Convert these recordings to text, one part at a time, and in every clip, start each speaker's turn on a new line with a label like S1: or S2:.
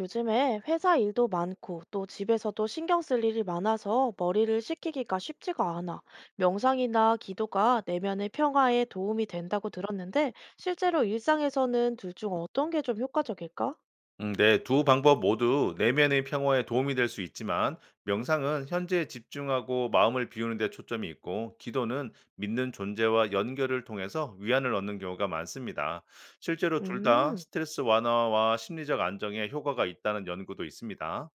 S1: 요즘에 회사 일도 많고 또 집에서도 신경 쓸 일이 많아서 머리를 식히기가 쉽지가 않아. 명상이나 기도가 내면의 평화에 도움이 된다고 들었는데 실제로 일상에서는 둘 중 어떤 게 좀 효과적일까?
S2: 네, 두 방법 모두 내면의 평화에 도움이 될 수 있지만 명상은 현재에 집중하고 마음을 비우는 데 초점이 있고 기도는 믿는 존재와 연결을 통해서 위안을 얻는 경우가 많습니다. 실제로 둘 다
S1: 음,
S2: 스트레스 완화와 심리적 안정에 효과가 있다는 연구도 있습니다.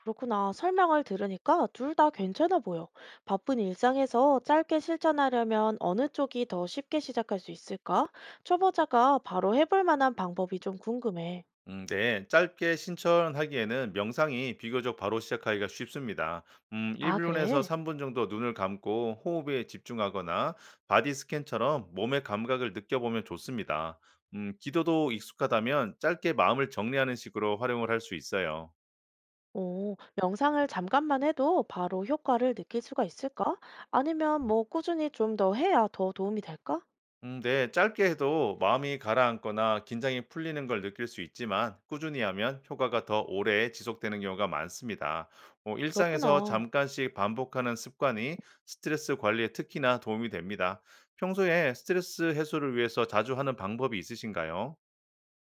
S1: 그렇구나. 설명을 들으니까 둘 다 괜찮아 보여. 바쁜 일상에서 짧게 실천하려면 어느 쪽이 더 쉽게 시작할 수 있을까? 초보자가 바로 해볼 만한 방법이 좀 궁금해.
S2: 네. 짧게 신천하기에는 명상이 비교적 바로 시작하기가 쉽습니다.
S1: 아,
S2: 1분에서
S1: 그래?
S2: 3분 정도 눈을 감고 호흡에 집중하거나 바디 스캔처럼 몸의 감각을 느껴보면 좋습니다. 기도도 익숙하다면 짧게 마음을 정리하는 식으로 활용을 할 수 있어요.
S1: 오, 명상을 잠깐만 해도 바로 효과를 느낄 수가 있을까? 아니면 뭐 꾸준히 좀 더 해야 더 도움이 될까?
S2: 네. 짧게 해도 마음이 가라앉거나 긴장이 풀리는 걸 느낄 수 있지만 꾸준히 하면 효과가 더 오래 지속되는 경우가 많습니다. 일상에서
S1: 그렇구나.
S2: 잠깐씩 반복하는 습관이 스트레스 관리에 특히나 도움이 됩니다. 평소에 스트레스 해소를 위해서 자주 하는 방법이 있으신가요?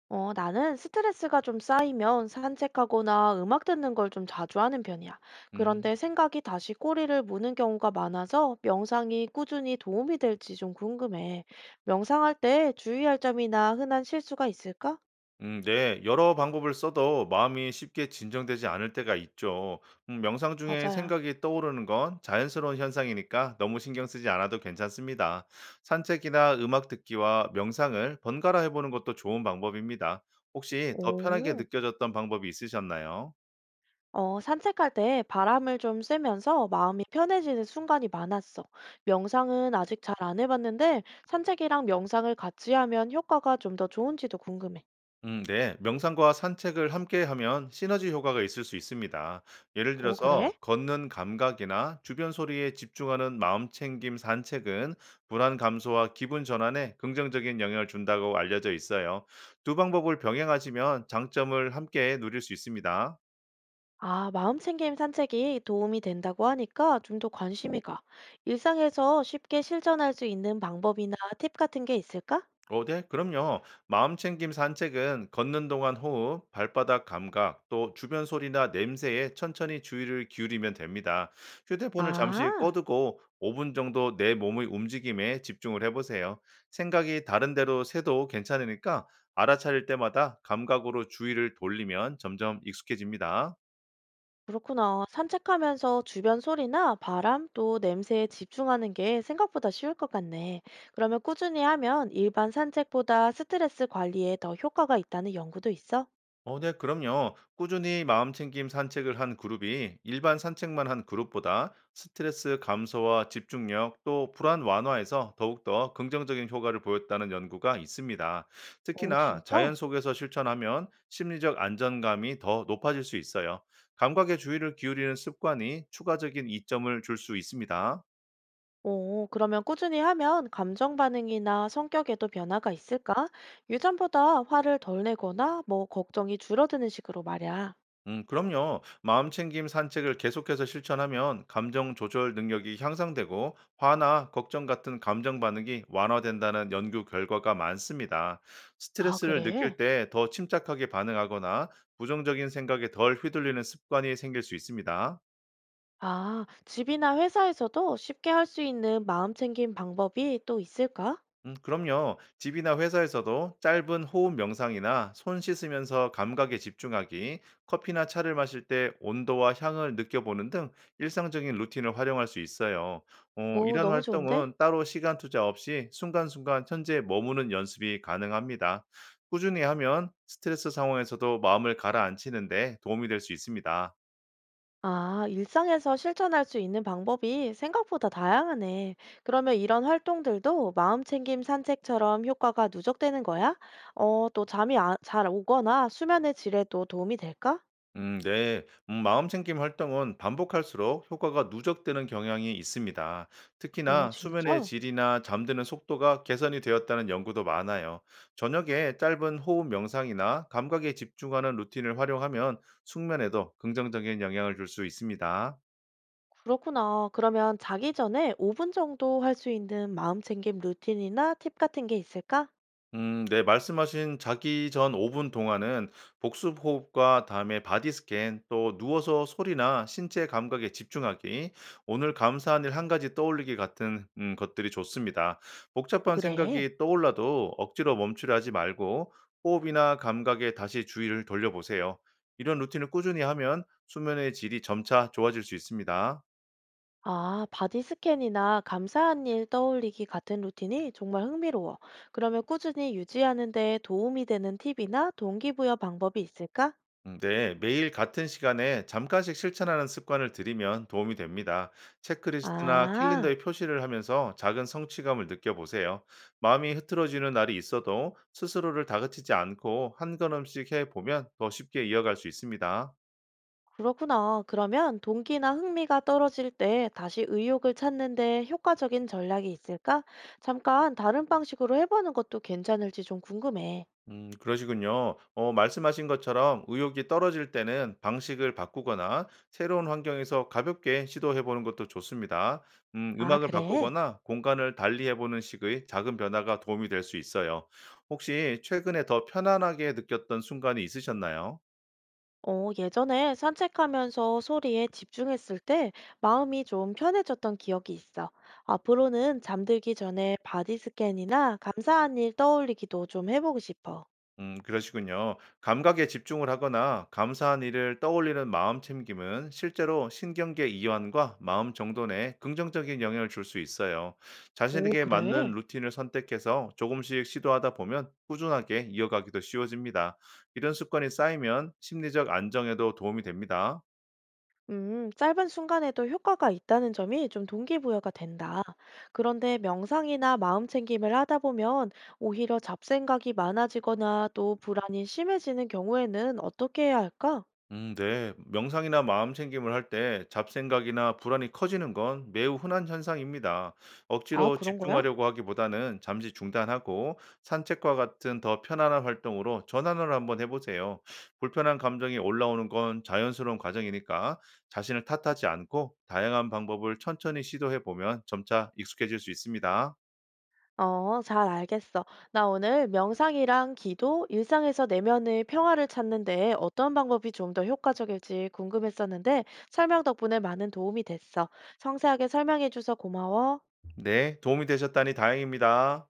S1: 어, 나는 스트레스가 좀 쌓이면 산책하거나 음악 듣는 걸 좀 자주 하는 편이야.
S2: 음.
S1: 그런데 생각이 다시 꼬리를 무는 경우가 많아서 명상이 꾸준히 도움이 될지 좀 궁금해. 명상할 때 주의할 점이나 흔한 실수가 있을까?
S2: 네. 여러 방법을 써도 마음이 쉽게 진정되지 않을 때가 있죠. 명상 중에
S1: 맞아야.
S2: 생각이 떠오르는 건 자연스러운 현상이니까 너무 신경 쓰지 않아도 괜찮습니다. 산책이나 음악 듣기와 명상을 번갈아 해보는 것도 좋은 방법입니다. 혹시 더 편하게
S1: 오.
S2: 느껴졌던 방법이 있으셨나요?
S1: 어, 산책할 때 바람을 좀 쐬면서 마음이 편해지는 순간이 많았어. 명상은 아직 잘 안 해봤는데 산책이랑 명상을 같이 하면 효과가 좀 더 좋은지도 궁금해.
S2: 네. 명상과 산책을 함께 하면 시너지 효과가 있을 수 있습니다. 예를
S1: 오, 그래?
S2: 들어서 걷는 감각이나 주변 소리에 집중하는 마음 챙김 산책은 불안 감소와 기분 전환에 긍정적인 영향을 준다고 알려져 있어요. 두 방법을 병행하시면 장점을 함께 누릴 수 있습니다.
S1: 아, 마음챙김 산책이 도움이 된다고 하니까 좀 더 관심이 가. 일상에서 쉽게 실천할 수 있는 방법이나 팁 같은 게 있을까?
S2: 네, 그럼요. 마음챙김 산책은 걷는 동안 호흡, 발바닥 감각, 또 주변 소리나 냄새에 천천히 주의를 기울이면 됩니다. 휴대폰을 잠시
S1: 아.
S2: 꺼두고 5분 정도 내 몸의 움직임에 집중을 해보세요. 생각이 다른 데로 새도 괜찮으니까 알아차릴 때마다 감각으로 주의를 돌리면 점점 익숙해집니다.
S1: 그렇구나. 산책하면서 주변 소리나 바람 또 냄새에 집중하는 게 생각보다 쉬울 것 같네. 그러면 꾸준히 하면 일반 산책보다 스트레스 관리에 더 효과가 있다는 연구도 있어?
S2: 네, 그럼요. 꾸준히 마음챙김 산책을 한 그룹이 일반 산책만 한 그룹보다 스트레스 감소와 집중력 또 불안 완화에서 더욱더 긍정적인 효과를 보였다는 연구가 있습니다.
S1: 오,
S2: 특히나
S1: 진짜?
S2: 자연 속에서 실천하면 심리적 안정감이 더 높아질 수 있어요. 감각의 주의를 기울이는 습관이 추가적인 이점을 줄 수 있습니다.
S1: 오, 그러면 꾸준히 하면 감정 반응이나 성격에도 변화가 있을까? 유전보다 화를 덜 내거나 뭐 걱정이 줄어드는 식으로 말이야.
S2: 그럼요. 마음챙김 산책을 계속해서 실천하면 감정 조절 능력이 향상되고 화나 걱정 같은 감정 반응이 완화된다는 연구 결과가 많습니다.
S1: 아,
S2: 스트레스를
S1: 그래?
S2: 느낄 때 더 침착하게 반응하거나 부정적인 생각에 덜 휘둘리는 습관이 생길 수 있습니다.
S1: 아, 집이나 회사에서도 쉽게 할 수 있는 마음 챙김 방법이 또 있을까?
S2: 그럼요. 집이나 회사에서도 짧은 호흡 명상이나 손 씻으면서 감각에 집중하기, 커피나 차를 마실 때 온도와 향을 느껴보는 등 일상적인 루틴을 활용할 수 있어요.
S1: 오,
S2: 이런
S1: 너무 좋은데?
S2: 활동은 따로 시간 투자 없이 순간순간 현재 머무는 연습이 가능합니다. 꾸준히 하면 스트레스 상황에서도 마음을 가라앉히는데 도움이 될 수 있습니다.
S1: 아, 일상에서 실천할 수 있는 방법이 생각보다 다양하네. 그러면 이런 활동들도 마음챙김 산책처럼 효과가 누적되는 거야? 어, 또 잘 오거나 수면의 질에도 도움이 될까?
S2: 네. 마음챙김 활동은 반복할수록 효과가 누적되는 경향이 있습니다.
S1: 오,
S2: 특히나 수면의
S1: 진짜?
S2: 질이나 잠드는 속도가 개선이 되었다는 연구도 많아요. 저녁에 짧은 호흡 명상이나 감각에 집중하는 루틴을 활용하면 숙면에도 긍정적인 영향을 줄 수 있습니다.
S1: 그렇구나. 그러면 자기 전에 5분 정도 할 수 있는 마음챙김 루틴이나 팁 같은 게 있을까?
S2: 네. 말씀하신 자기 전 5분 동안은 복습 호흡과 다음에 바디 스캔, 또 누워서 소리나 신체 감각에 집중하기, 오늘 감사한 일 한 가지 떠올리기 같은 것들이 좋습니다. 복잡한
S1: 그래.
S2: 생각이 떠올라도 억지로 멈추려 하지 말고 호흡이나 감각에 다시 주의를 돌려보세요. 이런 루틴을 꾸준히 하면 수면의 질이 점차 좋아질 수 있습니다.
S1: 아, 바디 스캔이나 감사한 일 떠올리기 같은 루틴이 정말 흥미로워. 그러면 꾸준히 유지하는 데 도움이 되는 팁이나 동기부여 방법이 있을까?
S2: 네, 매일 같은 시간에 잠깐씩 실천하는 습관을 들이면 도움이 됩니다. 체크리스트나
S1: 아,
S2: 캘린더에 표시를 하면서 작은 성취감을 느껴보세요. 마음이 흐트러지는 날이 있어도 스스로를 다그치지 않고 한 걸음씩 해보면 더 쉽게 이어갈 수 있습니다.
S1: 그렇구나. 그러면 동기나 흥미가 떨어질 때 다시 의욕을 찾는 데 효과적인 전략이 있을까? 잠깐 다른 방식으로 해보는 것도 괜찮을지 좀 궁금해.
S2: 그러시군요. 말씀하신 것처럼 의욕이 떨어질 때는 방식을 바꾸거나 새로운 환경에서 가볍게 시도해 보는 것도 좋습니다.
S1: 아,
S2: 음악을
S1: 그래?
S2: 바꾸거나 공간을 달리 해보는 식의 작은 변화가 도움이 될 수 있어요. 혹시 최근에 더 편안하게 느꼈던 순간이 있으셨나요?
S1: 어, 예전에 산책하면서 소리에 집중했을 때 마음이 좀 편해졌던 기억이 있어. 앞으로는 잠들기 전에 바디 스캔이나 감사한 일 떠올리기도 좀 해보고 싶어.
S2: 그러시군요. 감각에 집중을 하거나 감사한 일을 떠올리는 마음 챙김은 실제로 신경계 이완과 마음 정돈에 긍정적인 영향을 줄 수 있어요.
S1: 오,
S2: 자신에게 맞는
S1: 그래?
S2: 루틴을 선택해서 조금씩 시도하다 보면 꾸준하게 이어가기도 쉬워집니다. 이런 습관이 쌓이면 심리적 안정에도 도움이 됩니다.
S1: 짧은 순간에도 효과가 있다는 점이 좀 동기부여가 된다. 그런데 명상이나 마음 챙김을 하다 보면 오히려 잡생각이 많아지거나 또 불안이 심해지는 경우에는 어떻게 해야 할까?
S2: 네. 명상이나 마음 챙김을 할 때 잡생각이나 불안이 커지는 건 매우 흔한 현상입니다.
S1: 아,
S2: 억지로
S1: 그런 거야?
S2: 집중하려고 하기보다는 잠시 중단하고 산책과 같은 더 편안한 활동으로 전환을 한번 해보세요. 불편한 감정이 올라오는 건 자연스러운 과정이니까 자신을 탓하지 않고 다양한 방법을 천천히 시도해보면 점차 익숙해질 수 있습니다.
S1: 어, 잘 알겠어. 나 오늘 명상이랑 기도, 일상에서 내면의 평화를 찾는데 어떤 방법이 좀 더 효과적일지 궁금했었는데 설명 덕분에 많은 도움이 됐어. 상세하게 설명해줘서 고마워.
S2: 네. 도움이 되셨다니 다행입니다.